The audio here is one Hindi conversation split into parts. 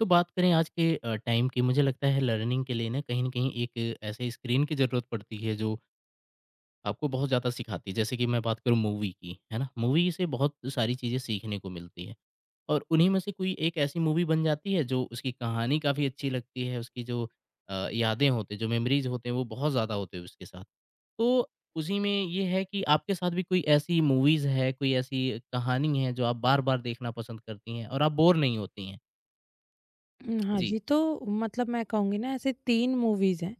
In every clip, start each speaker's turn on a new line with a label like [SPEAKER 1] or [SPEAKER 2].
[SPEAKER 1] तो बात करें आज के टाइम की। मुझे लगता है लर्निंग के लिए ना कहीं न कहीं एक ऐसे स्क्रीन की ज़रूरत पड़ती है जो आपको बहुत ज़्यादा सिखाती है। जैसे कि मैं बात करूँ मूवी की, है ना? मूवी से बहुत सारी चीज़ें सीखने को मिलती हैं और उन्हीं में से कोई एक ऐसी मूवी बन जाती है जो उसकी कहानी काफ़ी अच्छी लगती है, उसकी जो यादें होती हैं, जो मेमोरीज़ होते हैं वो बहुत ज़्यादा होते हैं उसके साथ। तो उसी में ये है कि आपके साथ भी कोई ऐसी मूवीज़ है, कोई ऐसी कहानी है जो आप बार-बार देखना पसंद करती हैं और आप बोर नहीं होती हैं?
[SPEAKER 2] हाँ
[SPEAKER 1] जी।
[SPEAKER 2] जी, तो मतलब मैं कहूँगी ना, ऐसे 3 मूवीज़ हैं,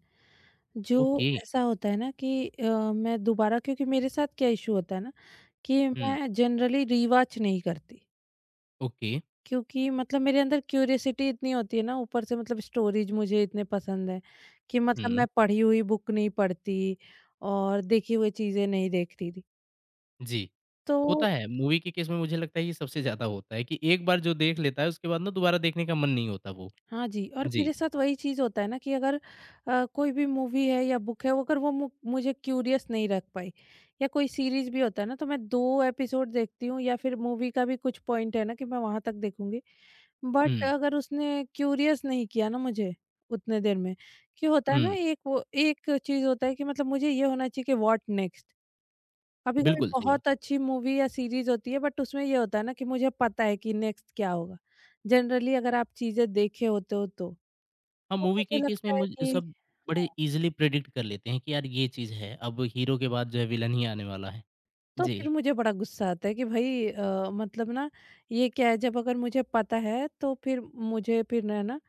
[SPEAKER 2] जो
[SPEAKER 1] ओके।
[SPEAKER 2] ऐसा होता है ना कि मैं दोबारा, क्योंकि मेरे साथ क्या इश्यू होता है ना, कि
[SPEAKER 1] हुँ।
[SPEAKER 2] मैं जनरली रीवॉच नहीं करती।
[SPEAKER 1] ओके।
[SPEAKER 2] क्योंकि मतलब मेरे अंदर क्यूरियोसिटी इतनी होती है ना, ऊपर से मतलब स्टोरीज़ मुझे इतने पसंद हैं कि मतलब
[SPEAKER 1] हुँ।
[SPEAKER 2] मैं पढ़ी हुई बुक नहीं पढ़ती, और देखी हुई चीज़ें नहीं देखती थी।
[SPEAKER 1] जी,
[SPEAKER 2] तो
[SPEAKER 1] होता है। मूवी के केस में मुझे लगता है ये सबसे ज़्यादा होता है कि एक बार जो देख लेता है उसके बाद ना दोबारा देखने का मन नहीं होता वो।
[SPEAKER 2] हाँ जी, और
[SPEAKER 1] जी।
[SPEAKER 2] मेरे साथ वही चीज़ होता है ना, कि अगर कोई भी मूवी है या बुक है, वो अगर वो मु मुझे क्यूरियस नहीं रख पाई, या कोई सीरीज़ भी होता है ना, तो मैं 2 एपिसोड देखती हूँ, या फिर मूवी का भी कुछ पॉइंट है ना, कि मैं वहाँ तक देखूँगी। बट
[SPEAKER 1] हुँ,
[SPEAKER 2] अगर उसने क्यूरियस नहीं किया ना मुझे उतने देर में, कि होता है ना,
[SPEAKER 1] हुँ।
[SPEAKER 2] एक वो एक चीज़ होता है कि मतलब मुझे ये होना चाहिए कि व्हाट नेक्स्ट? कभी-कभी
[SPEAKER 1] बिल्कुल सही बात।
[SPEAKER 2] बहुत अच्छी मूवी या सीरीज़ होती है, बट उसमें ये होता है ना, कि मुझे पता है कि नेक्स्ट क्या होगा। जनरली अगर आप चीज़ें देखे होते हो तो।
[SPEAKER 1] हाँ,
[SPEAKER 2] तो
[SPEAKER 1] मूवी के
[SPEAKER 2] मुझे
[SPEAKER 1] केस में
[SPEAKER 2] लगता है
[SPEAKER 1] मुझ
[SPEAKER 2] कि
[SPEAKER 1] सब बड़े
[SPEAKER 2] हाँ,
[SPEAKER 1] ईज़िली प्रेडिक्ट कर लेते हैं कि यार ये चीज़ है, अब हीरो के बाद जो है विलन ही आने वाला है।
[SPEAKER 2] तो
[SPEAKER 1] जी।
[SPEAKER 2] फिर मुझे बड़ा गुस्सा आता है, कि भाई मतलब ना, ये क्या है? जब अगर मुझे पता है तो फिर मुझे फिर ना ना,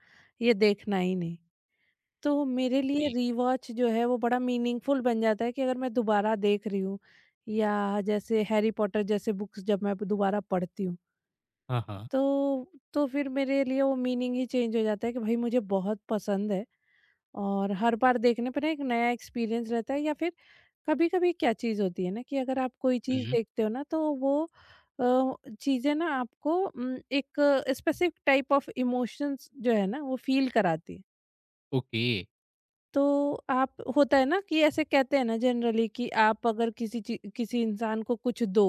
[SPEAKER 2] ये देखना ही नहीं। तो मेरे
[SPEAKER 1] ओके।
[SPEAKER 2] लिए रीवॉच जो है वो बड़ा मीनिंगफुल बन जाता है, कि अगर मैं दोबारा देख रही हूँ, या जैसे हैरी पॉटर जैसे बुक्स जब मैं दोबारा पढ़ती हूँ,
[SPEAKER 1] हाँ, हाँ।
[SPEAKER 2] तो फिर मेरे लिए वो मीनिंग ही चेंज हो जाता है कि भाई मुझे बहुत पसंद है। और हर बार देखने पे ना एक नया एक्सपीरियंस रहता है, या फिर कभी-कभी क्या चीज़ होती है ना, कि अगर आप कोई चीज़
[SPEAKER 1] हुँ।
[SPEAKER 2] देखते हो ना, तो वो अ, चीज़ें ना आपको एक स्पेसिफिक टाइप ऑफ इमोशंस जो है ना, वो फील कराती है।
[SPEAKER 1] ओके।
[SPEAKER 2] तो आप, होता है ना कि ऐसे कहते हैं ना जनरली, कि आप अगर किसी इंसान को कुछ दो,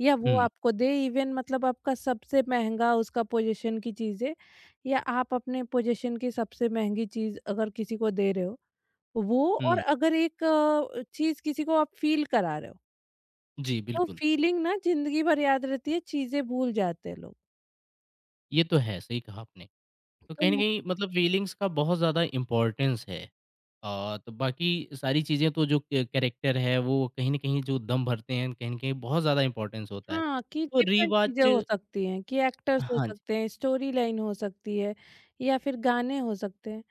[SPEAKER 2] या वो
[SPEAKER 1] हुँ,
[SPEAKER 2] आपको दे, इवन मतलब आपका सबसे महँगा उसका पोज़ीशन की चीज़ है, या आप अपने पोज़ीशन की सबसे महँगी चीज़ अगर किसी को दे रहे हो वो, और
[SPEAKER 1] हुँ।
[SPEAKER 2] अगर एक चीज़ किसी को आप फ़ील करा रहे हो,
[SPEAKER 1] जी,
[SPEAKER 2] तो
[SPEAKER 1] बिल्कुल।
[SPEAKER 2] फ़ीलिंग ना ज़िंदगी भर याद रहती है, चीज़ें भूल जाते हैं लोग।
[SPEAKER 1] ये तो है, सही कहा आपने। तो
[SPEAKER 2] तो
[SPEAKER 1] कहीं न
[SPEAKER 2] मैं,
[SPEAKER 1] कहीं मतलब फीलिंग्स का बहुत ज़्यादा इम्पोर्टेंस है। तो बाकी सारी चीज़ें तो जो क कैरेक्टर है वो कहीं न कहीं जो दम भरते हैं, कहीं न कहीं बहुत ज़्यादा इम्पोर्टेंस होता है।
[SPEAKER 2] हाँ, कि
[SPEAKER 1] तो
[SPEAKER 2] डिफ़रेंट चीज़ें
[SPEAKER 1] रिवॉच।
[SPEAKER 2] हो सकती हैं, कि एक्टर्स हो
[SPEAKER 1] हाँ जी।
[SPEAKER 2] सकते हैं, स्टोरी लाइन हो सकती है, या फिर गाने हो सकते हैं।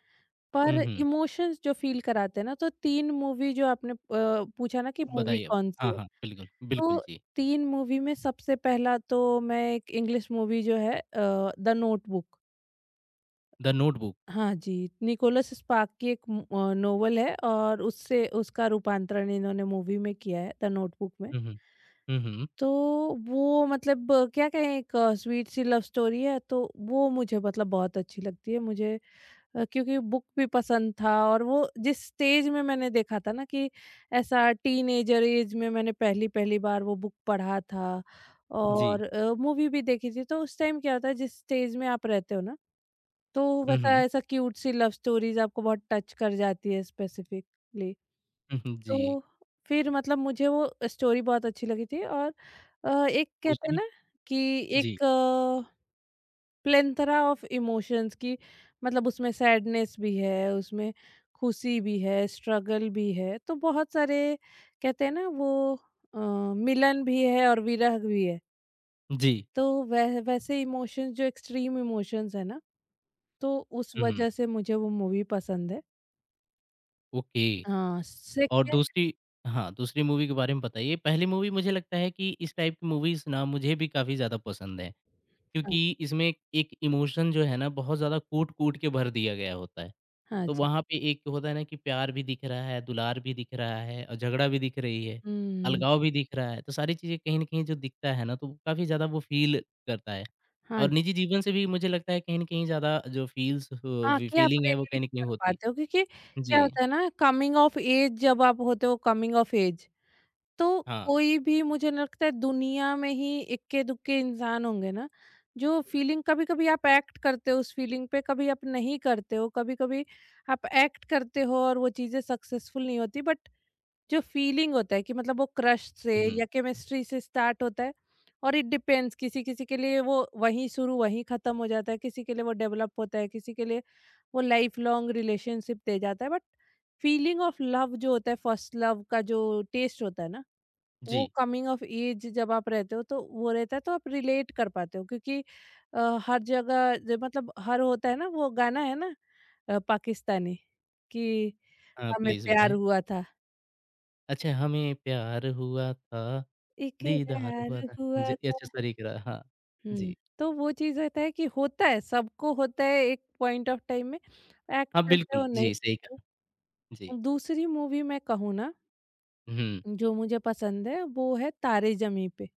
[SPEAKER 1] हुँ,
[SPEAKER 2] पर
[SPEAKER 1] हुँ।
[SPEAKER 2] इमोशंस जो फ़ील कराते हैं ना, तो 3 मूवी जो आपने पूछा ना कि मूवी
[SPEAKER 1] बताइए आप।
[SPEAKER 2] कौन-सी
[SPEAKER 1] हाँ,
[SPEAKER 2] है,
[SPEAKER 1] हाँ। बिल्कुल, बिल्कुल
[SPEAKER 2] तो
[SPEAKER 1] जी।
[SPEAKER 2] 3 मूवी में सबसे पहला तो मैं एक इंग्लिश मूवी जो है, द नोटबुक।
[SPEAKER 1] The notebook.
[SPEAKER 2] हाँ जी, निकोलस स्पार्क की एक नोवेल है, और उससे उसका रूपांतरण इन्होंने मूवी में किया है, द नोटबुक में।
[SPEAKER 1] हुँ, हुँ। हुँ, हुँ।
[SPEAKER 2] तो वो मतलब क्या कहें, एक स्वीट सी लव स्टोरी है, तो वो मुझे मतलब बहुत अच्छी लगती है। मुझे क्योंकि बुक भी पसंद था, और वो जिस स्टेज में मैंने देखा था ना, कि ऐसा टीनेजर ऐज में मैंने पहली-पहली बार वो बुक पढ़ा था,
[SPEAKER 1] जी।
[SPEAKER 2] और मूवी भी देखी थी, तो उस टाइम क्या होता है, जिस स्टेज में आप रहते हो ना, तो
[SPEAKER 1] हुँ,
[SPEAKER 2] वैसा
[SPEAKER 1] हुँ।
[SPEAKER 2] ऐसा क्यूट सी लव स्टोरीज़ आपको बहुत टच कर जाती है स्पेसिफिकली।
[SPEAKER 1] हुँ, हुँ। जी।
[SPEAKER 2] तो फिर मतलब मुझे वो स्टोरी बहुत अच्छी लगी थी, और एक कहते हैं
[SPEAKER 1] दूसरी?
[SPEAKER 2] ना कि
[SPEAKER 1] जी।
[SPEAKER 2] एक प्लेथरा ऑफ इमोशंस की, मतलब उसमें सैडनेस भी है, उसमें खुशी भी है, स्ट्रगल भी है, तो बहुत सारे, कहते हैं ना वो अ, मिलन भी है और विरह भी है।
[SPEAKER 1] जी।
[SPEAKER 2] तो वह, वैसे इमोशंस जो एक्सट्रीम इमोशंस है ना, तो उस
[SPEAKER 1] हुँ, हुँ।
[SPEAKER 2] वजह से मुझे वो मूवी पसंद है।
[SPEAKER 1] ओके।
[SPEAKER 2] हाँ,
[SPEAKER 1] तो और
[SPEAKER 2] सेकंड।
[SPEAKER 1] दूसरी हाँ, दूसरी मूवी के बारे में बताइए। पहली मूवी मुझे लगता है कि इस टाइप की मूवीज़ ना मुझे भी काफ़ी ज़्यादा पसंद है।
[SPEAKER 2] हाँ,
[SPEAKER 1] क्योंकि इसमें एक इमोशन जो है ना बहुत ज़्यादा कूट-कूट के भर दिया गया होता है।
[SPEAKER 2] हाँ
[SPEAKER 1] तो
[SPEAKER 2] जी।
[SPEAKER 1] वहाँ पे एक होता है ना कि प्यार भी दिख रहा है, दुलार भी दिख रहा है और झगड़ा भी दिख रही है,
[SPEAKER 2] हुँ,
[SPEAKER 1] अलगाव भी दिख रहा है। तो सारी चीज़ें कहीं न कहीं जो दिखता है ना तो काफ़ी ज़्यादा वो फ़ील करता है।
[SPEAKER 2] हाँ
[SPEAKER 1] और
[SPEAKER 2] जी।
[SPEAKER 1] निजी जीवन से भी मुझे लगता है कहीं न कहीं ज़्यादा जो फ़ील्स
[SPEAKER 2] हाँ, कि आप
[SPEAKER 1] फ़ीलिंग है वो
[SPEAKER 2] रिलेट
[SPEAKER 1] कहीं न कहीं
[SPEAKER 2] कर
[SPEAKER 1] होती।
[SPEAKER 2] पाते हो, क्योंकि क्या
[SPEAKER 1] जी,
[SPEAKER 2] होता है ना, कमिंग ऑफ एज जब आप होते हो, कमिंग ऑफ एज, तो
[SPEAKER 1] हाँ।
[SPEAKER 2] कोई भी, मुझे नहीं लगता है दुनिया में ही इक्के-दुक्के इंसान होंगे ना, जो फीलिंग कभी-कभी आप एक्ट करते हो उस फीलिंग पे, कभी आप नहीं करते हो, कभी-कभी आप एक्ट करते हो, और वो चीज़ें सक्सेसफुल नहीं होती, बट जो फीलिंग होता है कि मतलब वो क्रश से,
[SPEAKER 1] हुँ,
[SPEAKER 2] जी।
[SPEAKER 1] हुँ।
[SPEAKER 2] या केमिस्ट्री से स्टार्ट होता है, और इट डिपेंड्स, किसी किसी के लिए वो वहीं शुरू वहीं ख़त्म हो जाता है, किसी के लिए वो डेवलप होता है, किसी के लिए वो लाइफ लॉन्ग रिलेशनशिप दे जाता है, बट फीलिंग ऑफ लव जो होता है फर्स्ट लव का, जो टेस्ट होता है ना, वो
[SPEAKER 1] जी।
[SPEAKER 2] कमिंग ऑफ एज जब आप रहते हो तो वो रहता है, तो आप रिलेट कर पाते हो, क्योंकि हर जगह ज मतलब हर, होता है ना वो गाना है ना, पाकिस्तानी, कि
[SPEAKER 1] हाँ,
[SPEAKER 2] हमें
[SPEAKER 1] प्लीज़
[SPEAKER 2] प्यार
[SPEAKER 1] बताएँ।
[SPEAKER 2] हुआ था।
[SPEAKER 1] अच्छा हमें प्यार हुआ था, दीदार
[SPEAKER 2] इकरार
[SPEAKER 1] हुआ था। जी,
[SPEAKER 2] हुआ था।
[SPEAKER 1] अच्छा सॉरी करा हाँ।
[SPEAKER 2] हुँ,
[SPEAKER 1] जी।
[SPEAKER 2] तो वो चीज़ रहता है कि होता है, सबको होता है एक पॉइंट ऑफ टाइम में, एक्ट
[SPEAKER 1] हाँ,
[SPEAKER 2] करते हो,
[SPEAKER 1] बिल्कुल।
[SPEAKER 2] नहीं
[SPEAKER 1] जी, सही
[SPEAKER 2] करते।
[SPEAKER 1] कहा। जी।
[SPEAKER 2] दूसरी मूवी मैं कहूँ ना,
[SPEAKER 1] हुँ,
[SPEAKER 2] जो मुझे पसंद है वो है तारे ज़मीं पे।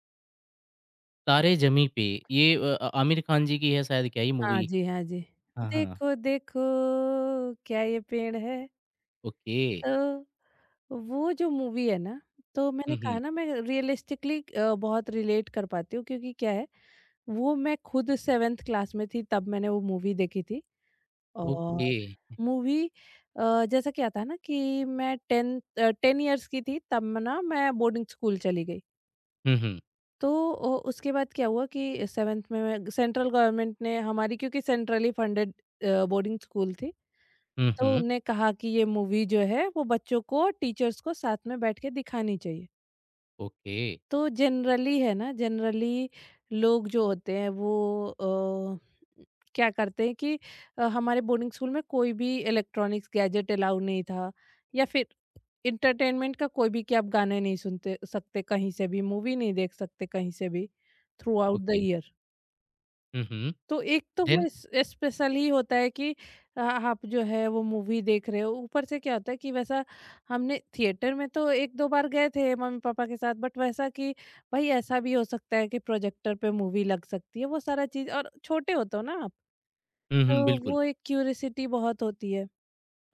[SPEAKER 1] तारे ज़मीं पे। ये आमिर खान जी की है शायद क्या ये
[SPEAKER 2] हाँ
[SPEAKER 1] मूवी?
[SPEAKER 2] जी, हाँ जी।
[SPEAKER 1] हाँ, हाँ।
[SPEAKER 2] देखो देखो, क्या ये पेड़ है।
[SPEAKER 1] ओके।
[SPEAKER 2] तो वो जो मूवी है ना, तो
[SPEAKER 1] हुँ,
[SPEAKER 2] मैंने
[SPEAKER 1] हुँ।
[SPEAKER 2] कहा ना, मैं रियलिस्टिकली बहुत रिलेट कर पाती हूँ, क्योंकि क्या है, वो मैं खुद 7th क्लास में थी, तब मैंने वो मूवी देखी थी। और
[SPEAKER 1] ओके।
[SPEAKER 2] मूवी जैसा क्या था ना, कि मैं 10 10 इयर्स की थी, तब मैं बोर्डिंग स्कूल चली गई।
[SPEAKER 1] हुँ, हुँ।
[SPEAKER 2] तो उसके बाद क्या हुआ कि 7th में, मैं, सेंट्रल गवर्नमेंट ने हमारी, क्योंकि सेंट्रली फंडेड बोर्डिंग स्कूल थी,
[SPEAKER 1] हुँ,
[SPEAKER 2] तो
[SPEAKER 1] हुँ।
[SPEAKER 2] उनने कहा कि ये मूवी जो है वो बच्चों को और टीचर्स को साथ में बैठ के दिखानी चाहिए।
[SPEAKER 1] ओके,
[SPEAKER 2] तो जनरली है ना, जनरली लोग जो होते हैं वो अ, क्या करते हैं कि हमारे बोर्डिंग स्कूल में कोई भी इलेक्ट्रॉनिक्स गैजेट अलाउ नहीं था, या फिर इंटरटेनमेंट का कोई भी, कि आप गाने नहीं सुनते सकते कहीं से भी, मूवी नहीं देख सकते कहीं से भी, throughout the
[SPEAKER 1] okay.
[SPEAKER 2] Year.
[SPEAKER 1] हुँ, हुँ।
[SPEAKER 2] तो एक तो वो
[SPEAKER 1] देन?
[SPEAKER 2] इस स्पेशल ही होता है, कि आ- आप जो है वो मूवी देख रहे हो, ऊपर से क्या होता है, कि वैसा, हमने थिएटर में तो एक दो बार गए थे मम्मी पापा के साथ, बट वैसा कि भाई ऐसा भी हो सकता है कि प्रोजेक्टर पे मूवी लग सकती है, वो सारा चीज, और छोटे होते हो ना आप,
[SPEAKER 1] हुँ, हुँ,
[SPEAKER 2] तो
[SPEAKER 1] बिल्कुल।
[SPEAKER 2] वो एक क्यूरियसिटी बहुत होती है।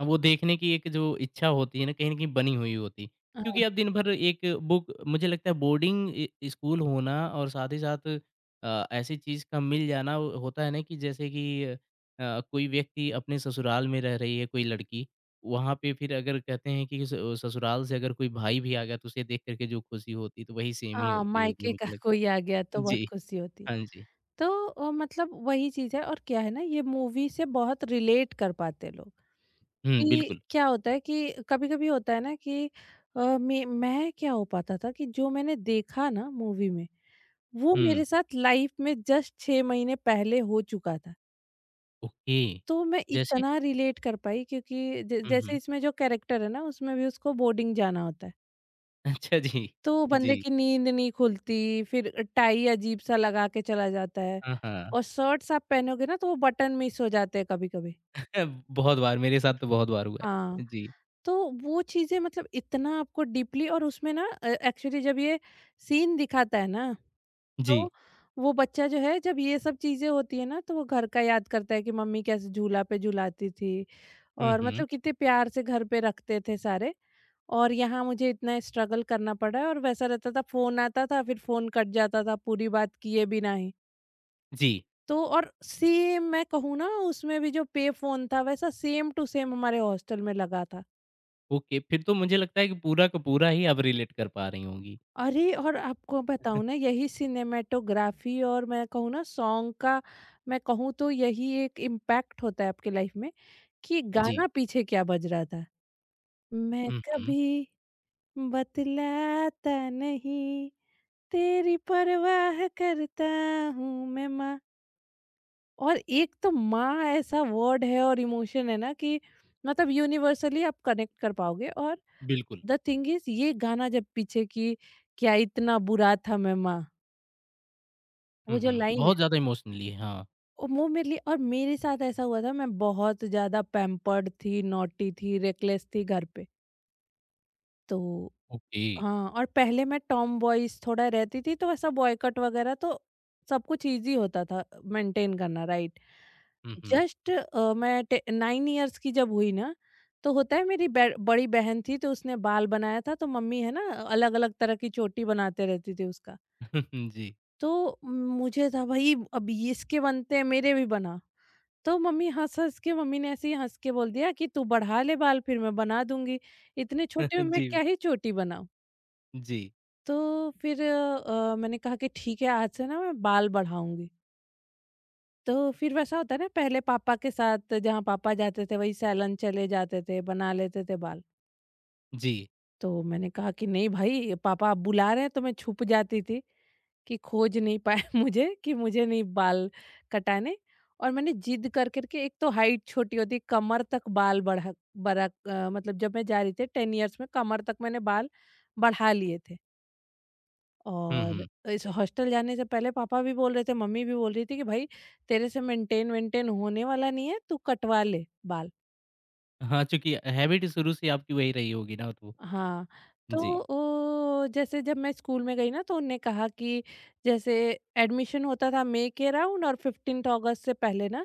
[SPEAKER 1] वो देखने की एक जो इच्छा होती है ना कहीं न कहीं बनी हुई होती है। क्योंकि
[SPEAKER 2] हाँ।
[SPEAKER 1] आप दिन भर एक बुक मुझे लगता है बोर्डिंग इ स्कूल होना और साथ ही साथ ऐसी चीज़ का मिल जाना होता है ना कि जैसे कि कोई व्यक्ति अपने ससुराल में रह रही है कोई लड़की, वहाँ पे फिर अगर कहते हैं कि स ससुराल से अगर कोई भाई भी आ गया तो उसे देख कर के जो खुशी होती है तो वही सेम ही
[SPEAKER 2] हाँ,
[SPEAKER 1] होती होगी
[SPEAKER 2] मायके का
[SPEAKER 1] मुझे लगता
[SPEAKER 2] कोई आ गया
[SPEAKER 1] है।
[SPEAKER 2] तो बहुत
[SPEAKER 1] जी,
[SPEAKER 2] खुशी होती है।
[SPEAKER 1] हाँ जी।
[SPEAKER 2] तो मतलब वही चीज है, और क्या है ना, ये मूवी से बहुत रिलेट कर पाते लोग,
[SPEAKER 1] हुँ,
[SPEAKER 2] कि
[SPEAKER 1] बिल्कुल।
[SPEAKER 2] क्या होता है कि कभी-कभी होता है ना कि मैं क्या हो पाता था, कि जो मैंने देखा ना मूवी में, वो
[SPEAKER 1] हुँ,
[SPEAKER 2] मेरे साथ लाइफ में जस्ट 6 महीने पहले हो चुका था।
[SPEAKER 1] ओके।
[SPEAKER 2] तो मैं
[SPEAKER 1] जैसे।
[SPEAKER 2] इतना रिलेट कर पाई, क्योंकि ज
[SPEAKER 1] हुँ,
[SPEAKER 2] जैसे
[SPEAKER 1] हुँ।
[SPEAKER 2] इसमें जो कैरेक्टर है ना, उसमें भी उसको बोर्डिंग जाना होता है।
[SPEAKER 1] अच्छा जी।
[SPEAKER 2] तो बंदे
[SPEAKER 1] जी।
[SPEAKER 2] की नींद नहीं खुलती, फिर टाई अजीब-सा लगा के चला जाता है,
[SPEAKER 1] हाँ, हाँ।
[SPEAKER 2] और शर्ट्स आप पहनोगे ना, तो वो बटन मिस हो जाते हैं कभी-कभी।
[SPEAKER 1] अ, बहुत बार, मेरे साथ तो बहुत बार हुआ
[SPEAKER 2] हाँ।
[SPEAKER 1] है। जी,
[SPEAKER 2] तो वो चीज़ें, मतलब इतना आपको डीपली, और उसमें ना एक्चुअली जब ये सीन दिखाता है ना,
[SPEAKER 1] जी।
[SPEAKER 2] तो वो बच्चा जो है, जब ये सब चीज़ें होती है ना, तो वो घर का याद करता है कि मम्मी कैसे झूला पे झूलाती थी,
[SPEAKER 1] हुँ,
[SPEAKER 2] और
[SPEAKER 1] हुँ।
[SPEAKER 2] मतलब कितने प्यार से घर पे रखते थे सारे, और यहाँ मुझे इतना स्ट्रगल करना पड़ा है, और वैसा रहता था, फोन आता था, फिर फोन कट जाता था पूरी बात किए बिना ही।
[SPEAKER 1] जी,
[SPEAKER 2] तो और सेम मैं कहूँ ना, उसमें भी जो पे फोन था वैसा सेम टू सेम हमारे हॉस्टल में लगा था।
[SPEAKER 1] ओके, फिर तो मुझे लगता है कि पूरा का पूरा ही आप रिलेट कर पा रही होंगी।
[SPEAKER 2] अरे! और आपको बताऊँ ना, यही सिनेमैटोग्राफ़ी और मैं कहूँ ना सॉन्ग का, मैं कहूँ तो यही एक इम्पैक्ट होता है आपकी लाइफ़ में कि
[SPEAKER 1] जी।
[SPEAKER 2] गाना पीछे क्या बज रहा था। मैं
[SPEAKER 1] हुँ, हुँ,
[SPEAKER 2] कभी बतलाता नहीं, तेरी परवाह करता हूँ मैं माँ। और एक तो माँ ऐसा वर्ड है और इमोशन है ना, कि मतलब यूनिवर्सली आप कनेक्ट कर पाओगे। और
[SPEAKER 1] बिल्कुल।
[SPEAKER 2] द थिंग इज़, ये गाना जब पीछे कि क्या इतना बुरा था मैं माँ।
[SPEAKER 1] हुँ,
[SPEAKER 2] वो जो
[SPEAKER 1] हुँ,
[SPEAKER 2] लाइन
[SPEAKER 1] बहुत
[SPEAKER 2] है,
[SPEAKER 1] ज़्यादा इमोशनली हाँ,
[SPEAKER 2] वो मेरे लिए, और मेरे साथ ऐसा हुआ था। मैं बहुत ज़्यादा पैम्पर्ड थी, नॉटी थी, रेकलेस थी घर पे। तो
[SPEAKER 1] ओके।
[SPEAKER 2] हाँ, और पहले मैं टॉमबॉयज़ थोड़ा रहती थी, तो ऐसा बॉयकॉट वगैरह, तो सब कुछ ईज़ी होता था मेंटेन करना, राइट।
[SPEAKER 1] हुँ, हुँ।
[SPEAKER 2] जस्ट मैं टे 9 इयर्स की जब हुई ना, तो होता है मेरी बै बड़ी बहन थी, तो उसने बाल बनाया था, तो मम्मी है ना अलग-अलग तरह की चोटी बनाते रहती थी उसका।
[SPEAKER 1] जी।
[SPEAKER 2] तो मुझे था, भाई अब ये इसके बनते हैं, मेरे भी बना। तो मम्मी हँस-हँस के मम्मी ने ऐसे ही हँस के बोल दिया कि तू बढ़ा ले बाल, फिर मैं बना दूँगी, इतने छोटे में मैं
[SPEAKER 1] जी,
[SPEAKER 2] क्या ही चोटी बनाऊँ।
[SPEAKER 1] जी,
[SPEAKER 2] तो फिर मैंने कहा कि ठीक है, आज से ना मैं बाल बढ़ाऊँगी। तो फिर वैसा होता है ना, पहले पापा के साथ जहाँ पापा जाते थे वहीं सैलून चले जाते थे, बना लेते थे बाल।
[SPEAKER 1] जी।
[SPEAKER 2] तो मैंने कहा कि नहीं भाई, पापा आप बुला रहे हैं, तो मैं छुप जाती थी कि खोज नहीं पाए मुझे, कि मुझे नहीं बाल कटाने। और मैंने जिद कर करके, एक तो हाइट छोटी होती, कमर तक बाल बढ़ा, मतलब जब मैं जा रही थी 10 इयर्स में, कमर तक मैंने बाल बढ़ा लिए थे।
[SPEAKER 1] हुँ,
[SPEAKER 2] और
[SPEAKER 1] हुँ।
[SPEAKER 2] इस हॉस्टल जाने से पहले पापा भी बोल रहे थे, मम्मी भी बोल रही थी कि भाई तेरे से मेंटेन वेंटेन होने वाला नहीं है, तू कटवा ले बाल।
[SPEAKER 1] हाँ, चूँकि हैबिट शुरू से आपकी वही रही होगी ना तो।
[SPEAKER 2] हाँ, तो
[SPEAKER 1] जी,
[SPEAKER 2] जैसे जब मैं स्कूल में गई ना, तो उनने कहा कि जैसे एडमिशन होता था मई के अराउंड, और 15th अगस्त से पहले ना,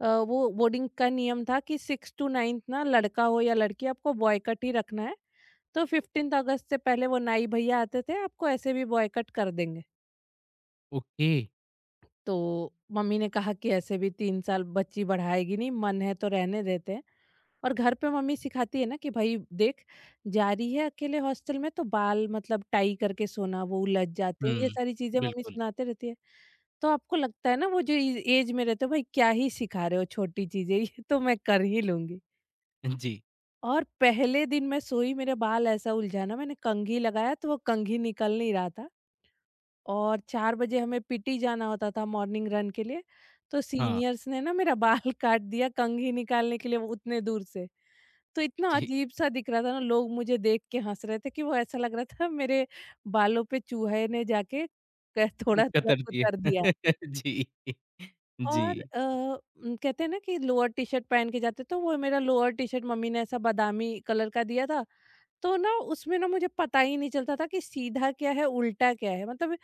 [SPEAKER 2] वो बोर्डिंग का नियम था कि 6 टू 9th ना, लड़का हो या लड़की, आपको बॉयकट ही रखना है। तो 15th अगस्त से पहले वो नाई भैया आते थे, आपको ऐसे भी बॉयकट कर देंगे।
[SPEAKER 1] ओके।
[SPEAKER 2] तो मम्मी ने कहा कि ऐसे भी तीन साल बच्ची बढ़ाएगी नहीं, मन है तो रहने देते हैं। और घर पे मम्मी सिखाती है ना कि भाई देख, जा रही है अकेले हॉस्टल में, तो बाल मतलब टाई करके सोना, वो उलझ जाते हैं, ये
[SPEAKER 1] हुँ,
[SPEAKER 2] सारी चीजें मम्मी
[SPEAKER 1] बिल्कुल।
[SPEAKER 2] सुनाते रहती है। तो आपको लगता है ना, वो जो एज में रहते हो, भाई क्या ही सिखा रहे हो, छोटी चीजें ये तो मैं कर ही लूंगी।
[SPEAKER 1] जी,
[SPEAKER 2] और पहले दिन मैं सोई, मेरे बाल ऐसा उलझा ना, मैंने कंघी लगाया तो वो कंघी निकल नहीं रहा था। और 4 बजे हमें पीटी जाना होता था मॉर्निंग रन के लिए, तो
[SPEAKER 1] हाँ,
[SPEAKER 2] सीनियर्स ने ना मेरा बाल काट दिया कंघी निकालने के लिए, वो उतने दूर से। तो इतना
[SPEAKER 1] जी,
[SPEAKER 2] अजीब-सा दिख रहा था ना, लोग मुझे देख के हँस रहे थे, कि वो ऐसा लग रहा था मेरे बालों पे चूहे ने जाके क थोड़ा-थोड़ा
[SPEAKER 1] कतर दिए।
[SPEAKER 2] कुतर दिया है।
[SPEAKER 1] जी,
[SPEAKER 2] और
[SPEAKER 1] जी।
[SPEAKER 2] कहते हैं ना कि लोअर टी-शर्ट पहन के जाते, तो वो मेरा लोअर टी-शर्ट मम्मी ने ऐसा बादामी कलर का दिया था, तो ना उसमें ना मुझे पता ही नहीं चलता था कि सीधा क्या है उल्टा क्या है, मतलब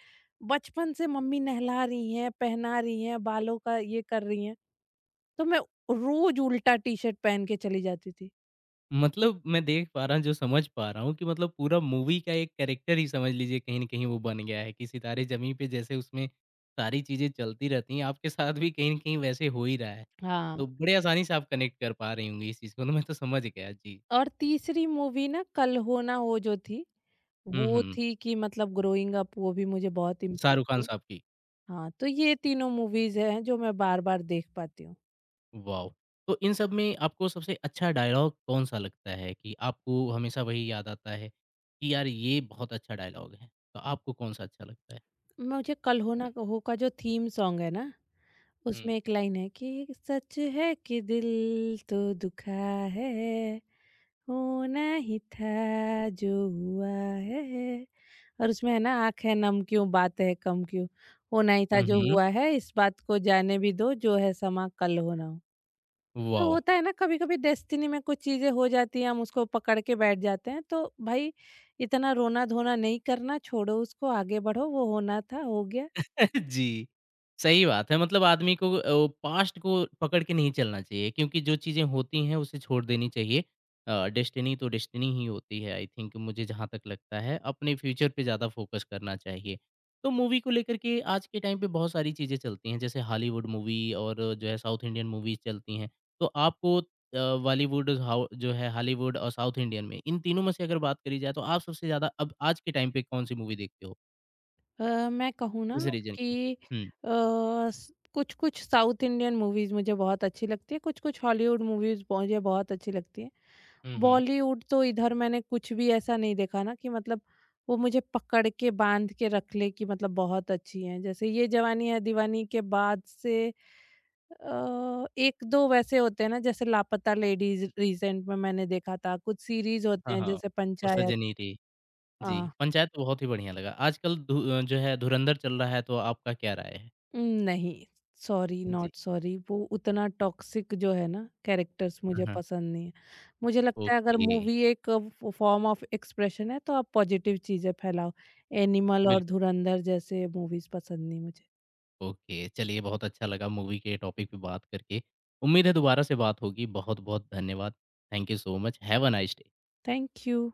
[SPEAKER 2] बचपन से मम्मी नहला रही हैं, पहना रही हैं, बालों का ये कर रही हैं, तो मैं रोज उल्टा टी शर्ट पहन के चली जाती थी।
[SPEAKER 1] मतलब मैं देख पा रहा हूँ, जो समझ पा रहा हूँ कि मतलब पूरा मूवी का एक कैरेक्टर ही समझ लीजिए कहीं न कहीं वो बन गया है कि सितारे ज़मीं पे जैसे उसमें सारी चीज़ें चलती रहती हैं, आपके साथ भी कहीं न कहीं वैसे हो ही रहा है।
[SPEAKER 2] हाँ,
[SPEAKER 1] तो बड़े आसानी से आप कनेक्ट कर पा रही होंगी इस चीज़ को, तो मैं तो समझ गया जी।
[SPEAKER 2] और तीसरी मूवी ना, कल हो ना हो जो थी,
[SPEAKER 1] हुँ,
[SPEAKER 2] वो
[SPEAKER 1] हुँ।
[SPEAKER 2] थी कि मतलब ग्रोइंग अप, वो भी मुझे बहुत इम्पैक्ट
[SPEAKER 1] शाहरुख खान
[SPEAKER 2] किया।
[SPEAKER 1] साहब की,
[SPEAKER 2] हाँ, तो ये तीनों मूवीज हैं जो मैं बार बार देख पाती हूँ।
[SPEAKER 1] वॉव! तो इन सब में आपको सबसे अच्छा डायलॉग कौन-सा लगता है कि आपको हमेशा वही याद आता है कि यार ये बहुत अच्छा डायलॉग है? तो आपको कौन-सा अच्छा लगता है?
[SPEAKER 2] मुझे कल हो ना हो का जो थीम सॉन्ग है ना,
[SPEAKER 1] हुँ।
[SPEAKER 2] उसमें एक लाइन है कि सच है कि दिल तो दुखा है, होना ही था जो हुआ है। और उसमें है ना, आंख है नम क्यों, बात है कम क्यों, होना ही था
[SPEAKER 1] हुँ,
[SPEAKER 2] जो
[SPEAKER 1] हुँ।
[SPEAKER 2] हुआ है, इस बात को जाने भी दो, जो है समा कल होना हो ना हो। तो
[SPEAKER 1] वॉव!
[SPEAKER 2] होता है ना, कभी कभी डेस्टिनी में कुछ चीजें हो जाती हैं, हम उसको पकड़ के बैठ जाते हैं, तो भाई इतना रोना धोना नहीं करना, छोड़ो उसको, आगे बढ़ो, वो होना था हो गया।
[SPEAKER 1] जी, सही बात है मतलब आदमी को पास्ट को पकड़ के नहीं चलना चाहिए क्योंकि जो चीज़ें होती हैं उसे छोड़ देनी चाहिए। डेस्टिनी तो डेस्टिनी ही होती है आई थिंक, मुझे जहाँ तक लगता है, अपने फ्यूचर पे ज़्यादा फोकस करना चाहिए। तो मूवी को लेकर के आज के टाइम पे बहुत सारी चीज़ें चलती हैं जैसे हॉलीवुड मूवी और जो है साउथ इंडियन मूवीज़ चलती हैं। तो आपको बॉलीवुड हाउ जो है हॉलीवुड और साउथ इंडियन में इन तीनों में से अगर बात करी जाए तो आप सबसे ज़्यादा अब आज के टाइम पे कौन-सी मूवी देखते हो?
[SPEAKER 2] मैं कहूँ ना
[SPEAKER 1] किस रीज़न की?
[SPEAKER 2] कि
[SPEAKER 1] हुँ।
[SPEAKER 2] कुछ कुछ साउथ इंडियन मूवीज मुझे बहुत अच्छी लगती है, कुछ कुछ हॉलीवुड मूवीज मुझे बहुत अच्छी लगती है।
[SPEAKER 1] हुँ, हुँ।
[SPEAKER 2] बॉलीवुड तो इधर मैंने कुछ भी ऐसा नहीं देखा ना कि मतलब वो मुझे पकड़ के बांध के रख ले कि मतलब बहुत अच्छी है, जैसे ये जवानी है दीवानी के बाद से। एक दो वैसे होते हैं ना, जैसे लापता लेडीज रिसेंट में मैंने देखा था, कुछ सीरीज होते
[SPEAKER 1] हाँ,
[SPEAKER 2] हैं
[SPEAKER 1] हाँ।
[SPEAKER 2] जैसे
[SPEAKER 1] और
[SPEAKER 2] पंचायत।
[SPEAKER 1] सजनीरी। जी,
[SPEAKER 2] हाँ।
[SPEAKER 1] पंचायत तो बहुत ही बढ़िया लगा। आजकल जो है धुरंधर चल रहा है तो आपका क्या राय है?
[SPEAKER 2] नहीं, सॉरी
[SPEAKER 1] जी।
[SPEAKER 2] नॉट सॉरी, वो उतना टॉक्सिक जो है ना कैरेक्टर्स
[SPEAKER 1] हाँ,
[SPEAKER 2] मुझे
[SPEAKER 1] हाँ।
[SPEAKER 2] पसंद नहीं है। मुझे लगता है अगर
[SPEAKER 1] ओके,
[SPEAKER 2] मूवी एक फॉर्म ऑफ एक्सप्रेशन है, तो आप पॉजिटिव चीज़ें फैलाओ। एनिमल और
[SPEAKER 1] बिल्कुल।
[SPEAKER 2] धुरंधर जैसे मूवीज़ पसंद नहीं मुझे।
[SPEAKER 1] ओके, चलिए बहुत अच्छा लगा मूवी के टॉपिक पे बात करके। उम्मीद है दोबारा से बात होगी। बहुत-बहुत धन्यवाद। Thank you so much. Have a nice day.
[SPEAKER 2] Thank you.